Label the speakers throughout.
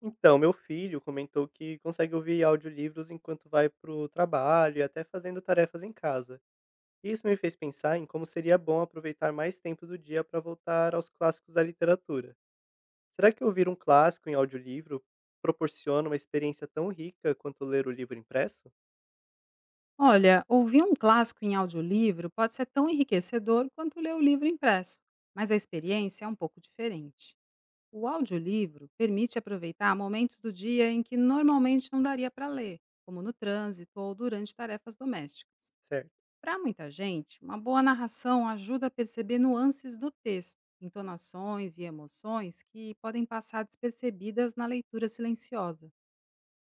Speaker 1: Então, meu filho comentou que consegue ouvir audiolivros enquanto vai para o trabalho e até fazendo tarefas em casa. Isso me fez pensar em como seria bom aproveitar mais tempo do dia para voltar aos clássicos da literatura. Será que ouvir um clássico em audiolivro proporciona uma experiência tão rica quanto ler o livro impresso?
Speaker 2: Olha, ouvir um clássico em audiolivro pode ser tão enriquecedor quanto ler o livro impresso, mas a experiência é um pouco diferente. O audiolivro permite aproveitar momentos do dia em que normalmente não daria para ler, como no trânsito ou durante tarefas domésticas.
Speaker 1: Certo.
Speaker 2: Para muita gente, uma boa narração ajuda a perceber nuances do texto, entonações e emoções que podem passar despercebidas na leitura silenciosa.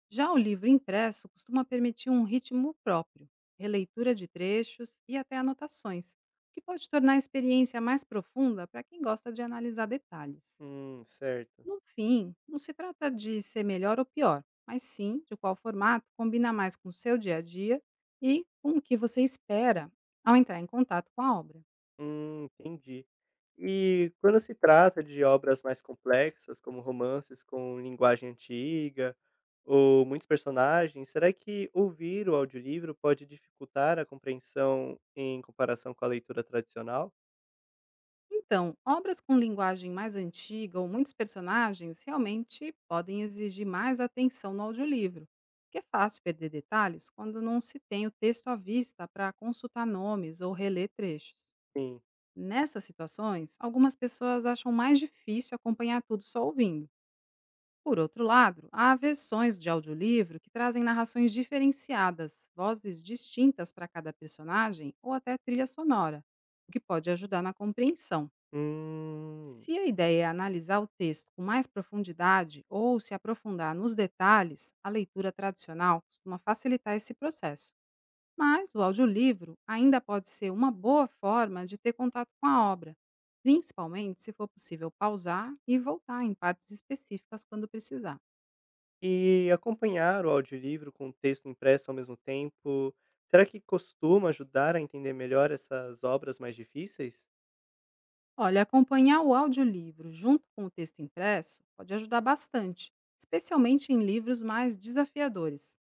Speaker 2: Já o livro impresso costuma permitir um ritmo próprio, releitura de trechos e até anotações, o que pode tornar a experiência mais profunda para quem gosta de analisar detalhes.
Speaker 1: Certo.
Speaker 2: No fim, não se trata de ser melhor ou pior, mas sim de qual formato combina mais com o seu dia a dia e com o que você espera ao entrar em contato com a obra.
Speaker 1: Entendi. E quando se trata de obras mais complexas, como romances com linguagem antiga ou muitos personagens, será que ouvir o audiolivro pode dificultar a compreensão em comparação com a leitura tradicional?
Speaker 2: Então, obras com linguagem mais antiga ou muitos personagens realmente podem exigir mais atenção no audiolivro, porque é fácil perder detalhes quando não se tem o texto à vista para consultar nomes ou reler trechos.
Speaker 1: Sim.
Speaker 2: Nessas situações, algumas pessoas acham mais difícil acompanhar tudo só ouvindo. Por outro lado, há versões de audiolivro que trazem narrações diferenciadas, vozes distintas para cada personagem ou até trilha sonora, o que pode ajudar na compreensão.
Speaker 1: Hum.
Speaker 2: Se a ideia é analisar o texto com mais profundidade ou se aprofundar nos detalhes, a leitura tradicional costuma facilitar esse processo. Mas o audiolivro ainda pode ser uma boa forma de ter contato com a obra, principalmente se for possível pausar e voltar em partes específicas quando precisar.
Speaker 1: E acompanhar o audiolivro com o texto impresso ao mesmo tempo, será que costuma ajudar a entender melhor essas obras mais difíceis?
Speaker 2: Olha, acompanhar o audiolivro junto com o texto impresso pode ajudar bastante, especialmente em livros mais desafiadores.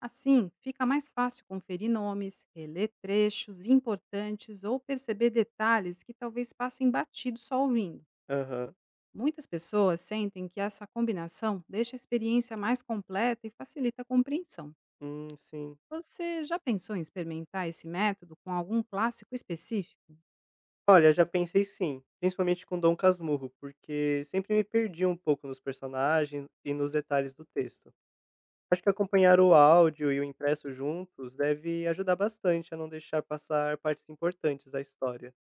Speaker 2: Assim, fica mais fácil conferir nomes, reler trechos importantes ou perceber detalhes que talvez passem batido só ouvindo.
Speaker 1: Aham.
Speaker 2: Muitas pessoas sentem que essa combinação deixa a experiência mais completa e facilita a compreensão.
Speaker 1: Sim.
Speaker 2: Você já pensou em experimentar esse método com algum clássico específico?
Speaker 1: Olha, já pensei sim, principalmente com Dom Casmurro, porque sempre me perdi um pouco nos personagens e nos detalhes do texto. Acho que acompanhar o áudio e o impresso juntos deve ajudar bastante a não deixar passar partes importantes da história.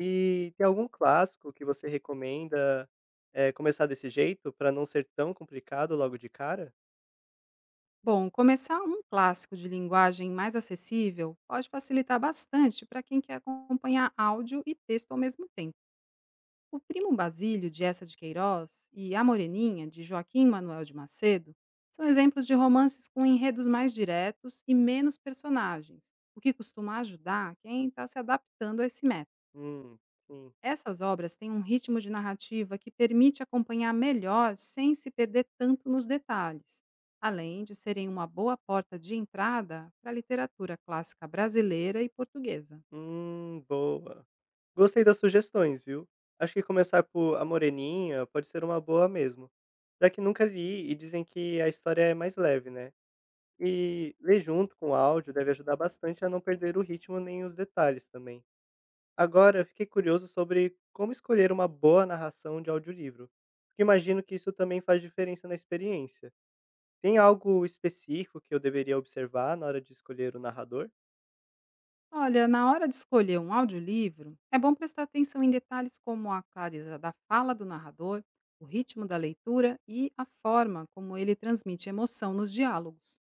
Speaker 1: E tem algum clássico que você recomenda começar desse jeito para não ser tão complicado logo de cara?
Speaker 2: Bom, começar um clássico de linguagem mais acessível pode facilitar bastante para quem quer acompanhar áudio e texto ao mesmo tempo. O Primo Basílio, de Essa de Queiroz, e A Moreninha, de Joaquim Manuel de Macedo, são exemplos de romances com enredos mais diretos e menos personagens, o que costuma ajudar quem está se adaptando a esse método.
Speaker 1: Hum, sim.
Speaker 2: Essas obras têm um ritmo de narrativa que permite acompanhar melhor sem se perder tanto nos detalhes, além de serem uma boa porta de entrada para a literatura clássica brasileira e portuguesa.
Speaker 1: Boa. Gostei das sugestões, viu? Acho que começar por A Moreninha pode ser uma boa mesmo. Já que nunca li e dizem que a história é mais leve, né? E ler junto com o áudio deve ajudar bastante a não perder o ritmo nem os detalhes também. Agora, fiquei curioso sobre como escolher uma boa narração de audiolivro, porque imagino que isso também faz diferença na experiência. Tem algo específico que eu deveria observar na hora de escolher o narrador?
Speaker 2: Olha, na hora de escolher um audiolivro, é bom prestar atenção em detalhes como a clareza da fala do narrador, o ritmo da leitura e a forma como ele transmite emoção nos diálogos.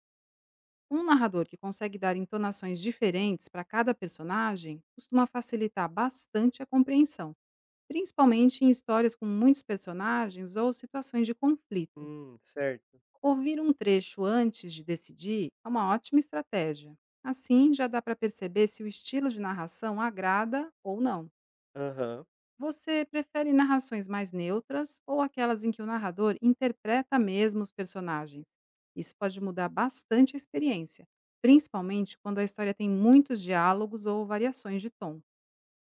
Speaker 2: Um narrador que consegue dar entonações diferentes para cada personagem costuma facilitar bastante a compreensão, principalmente em histórias com muitos personagens ou situações de conflito.
Speaker 1: Certo.
Speaker 2: Ouvir um trecho antes de decidir é uma ótima estratégia. Assim, já dá para perceber se o estilo de narração agrada ou não.
Speaker 1: Aham.
Speaker 2: Você prefere narrações mais neutras ou aquelas em que o narrador interpreta mesmo os personagens? Isso pode mudar bastante a experiência, principalmente quando a história tem muitos diálogos ou variações de tom.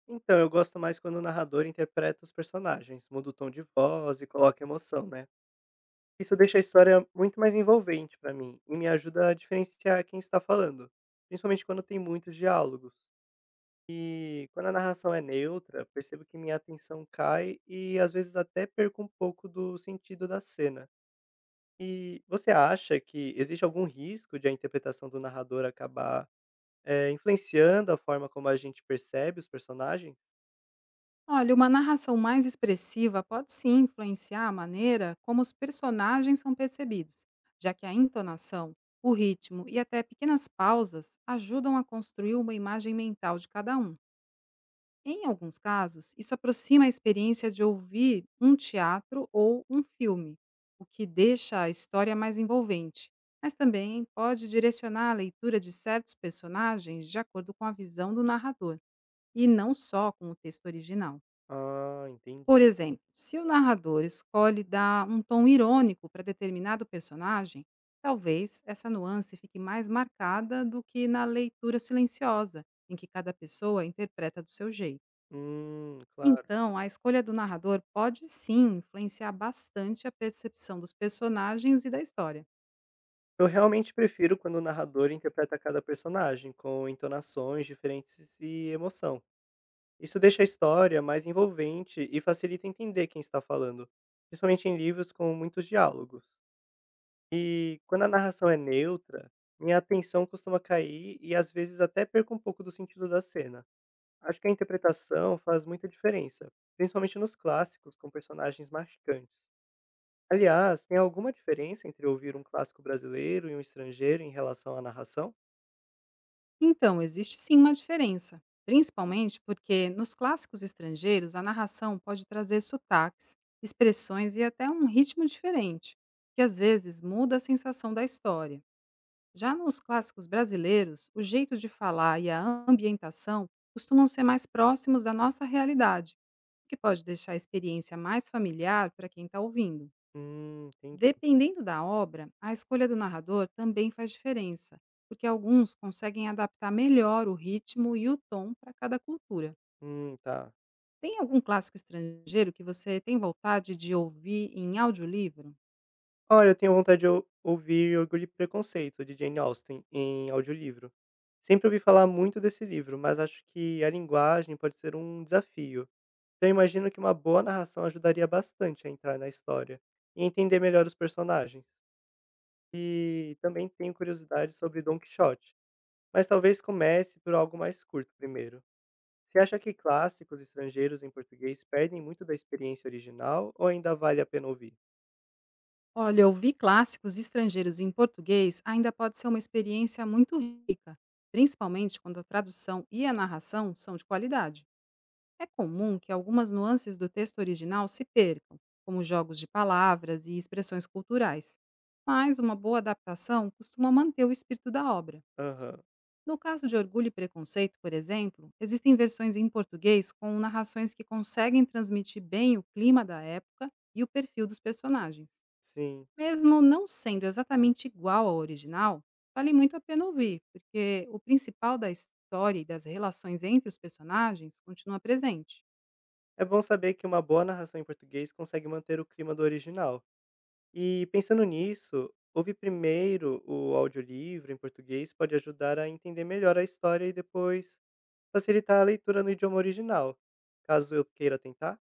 Speaker 1: Então, eu gosto mais quando o narrador interpreta os personagens, muda o tom de voz e coloca emoção, né? Isso deixa a história muito mais envolvente pra mim e me ajuda a diferenciar quem está falando, principalmente quando tem muitos diálogos. E quando a narração é neutra, percebo que minha atenção cai e às vezes até perco um pouco do sentido da cena. E você acha que existe algum risco de a interpretação do narrador acabar influenciando a forma como a gente percebe os personagens?
Speaker 2: Olha, uma narração mais expressiva pode sim influenciar a maneira como os personagens são percebidos, já que a entonação, o ritmo e até pequenas pausas ajudam a construir uma imagem mental de cada um. Em alguns casos, isso aproxima a experiência de ouvir um teatro ou um filme, o que deixa a história mais envolvente, mas também pode direcionar a leitura de certos personagens de acordo com a visão do narrador, e não só com o texto original.
Speaker 1: Ah, entendi.
Speaker 2: Por exemplo, se o narrador escolhe dar um tom irônico para determinado personagem, talvez essa nuance fique mais marcada do que na leitura silenciosa, em que cada pessoa interpreta do seu jeito.
Speaker 1: Claro.
Speaker 2: Então, a escolha do narrador pode sim influenciar bastante a percepção dos personagens e da história.
Speaker 1: Eu realmente prefiro quando o narrador interpreta cada personagem, com entonações diferentes e emoção. Isso deixa a história mais envolvente e facilita entender quem está falando, principalmente em livros com muitos diálogos. E quando a narração é neutra, minha atenção costuma cair e às vezes até perco um pouco do sentido da cena. Acho que a interpretação faz muita diferença, principalmente nos clássicos com personagens marcantes. Aliás, tem alguma diferença entre ouvir um clássico brasileiro e um estrangeiro em relação à narração?
Speaker 2: Então, existe sim uma diferença, principalmente porque nos clássicos estrangeiros a narração pode trazer sotaques, expressões e até um ritmo diferente, que às vezes muda a sensação da história. Já nos clássicos brasileiros, o jeito de falar e a ambientação costumam ser mais próximos da nossa realidade, o que pode deixar a experiência mais familiar para quem está ouvindo.
Speaker 1: Entendi.
Speaker 2: Dependendo da obra, a escolha do narrador também faz diferença, porque alguns conseguem adaptar melhor o ritmo e o tom para cada cultura.
Speaker 1: Tá.
Speaker 2: Tem algum clássico estrangeiro que você tem vontade de ouvir em audiolivro?
Speaker 1: Olha, eu tenho vontade de ouvir Orgulho e Preconceito, de Jane Austen, em audiolivro. Sempre ouvi falar muito desse livro, mas acho que a linguagem pode ser um desafio. Então, eu imagino que uma boa narração ajudaria bastante a entrar na história e entender melhor os personagens. E também tenho curiosidade sobre Don Quixote, mas talvez comece por algo mais curto primeiro. Você acha que clássicos estrangeiros em português perdem muito da experiência original ou ainda vale a pena ouvir?
Speaker 2: Olha, ouvir clássicos estrangeiros em português ainda pode ser uma experiência muito rica, principalmente quando a tradução e a narração são de qualidade. É comum que algumas nuances do texto original se percam, como jogos de palavras e expressões culturais, mas uma boa adaptação costuma manter o espírito da obra.
Speaker 1: Aham.
Speaker 2: No caso de Orgulho e Preconceito, por exemplo, existem versões em português com narrações que conseguem transmitir bem o clima da época e o perfil dos personagens.
Speaker 1: Sim.
Speaker 2: Mesmo não sendo exatamente igual ao original, vale muito a pena ouvir, porque o principal da história e das relações entre os personagens continua presente.
Speaker 1: É bom saber que uma boa narração em português consegue manter o clima do original. E pensando nisso, ouvir primeiro o audiolivro em português pode ajudar a entender melhor a história e depois facilitar a leitura no idioma original, caso eu queira tentar?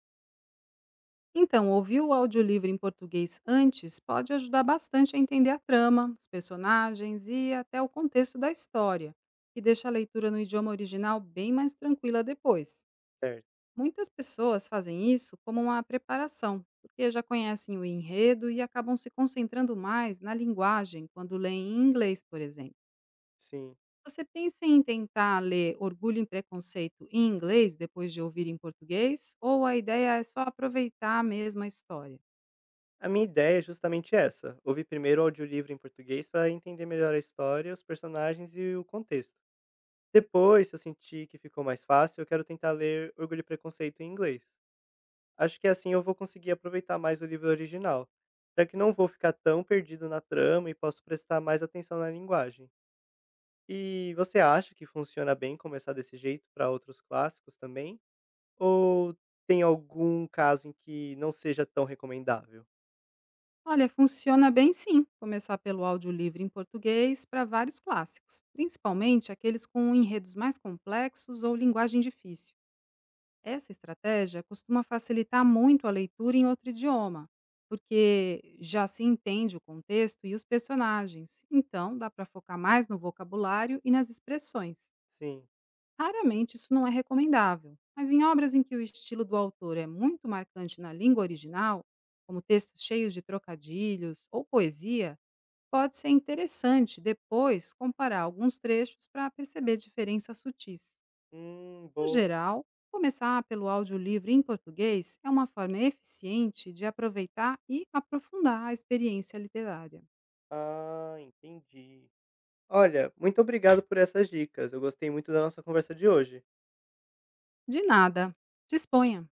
Speaker 2: Então, ouvir o audiolivro em português antes pode ajudar bastante a entender a trama, os personagens e até o contexto da história, e deixa a leitura no idioma original bem mais tranquila depois.
Speaker 1: Certo,
Speaker 2: Muitas pessoas fazem isso como uma preparação, porque já conhecem o enredo e acabam se concentrando mais na linguagem quando leem em inglês, por exemplo.
Speaker 1: sim.
Speaker 2: Você pensa em tentar ler Orgulho e Preconceito em inglês depois de ouvir em português? Ou a ideia é só aproveitar a mesma história?
Speaker 1: A minha ideia é justamente essa: ouvir primeiro o audiolivro em português para entender melhor a história, os personagens e o contexto. Depois, se eu sentir que ficou mais fácil, eu quero tentar ler Orgulho e Preconceito em inglês. Acho que assim eu vou conseguir aproveitar mais o livro original, já que não vou ficar tão perdido na trama e posso prestar mais atenção na linguagem. E você acha que funciona bem começar desse jeito para outros clássicos também? Ou tem algum caso em que não seja tão recomendável?
Speaker 2: Olha, funciona bem sim, começar pelo audiolivro em português para vários clássicos, principalmente aqueles com enredos mais complexos ou linguagem difícil. Essa estratégia costuma facilitar muito a leitura em outro idioma, porque já se entende o contexto e os personagens, então dá para focar mais no vocabulário e nas expressões.
Speaker 1: Sim.
Speaker 2: Raramente isso não é recomendável, mas em obras em que o estilo do autor é muito marcante na língua original, como textos cheios de trocadilhos ou poesia, pode ser interessante depois comparar alguns trechos para perceber diferenças sutis. No
Speaker 1: Boa.
Speaker 2: geral, começar pelo audiolivro em português é uma forma eficiente de aproveitar e aprofundar a experiência literária.
Speaker 1: Ah, entendi. Olha, muito obrigado por essas dicas. Eu gostei muito da nossa conversa de hoje.
Speaker 2: De nada. Disponha!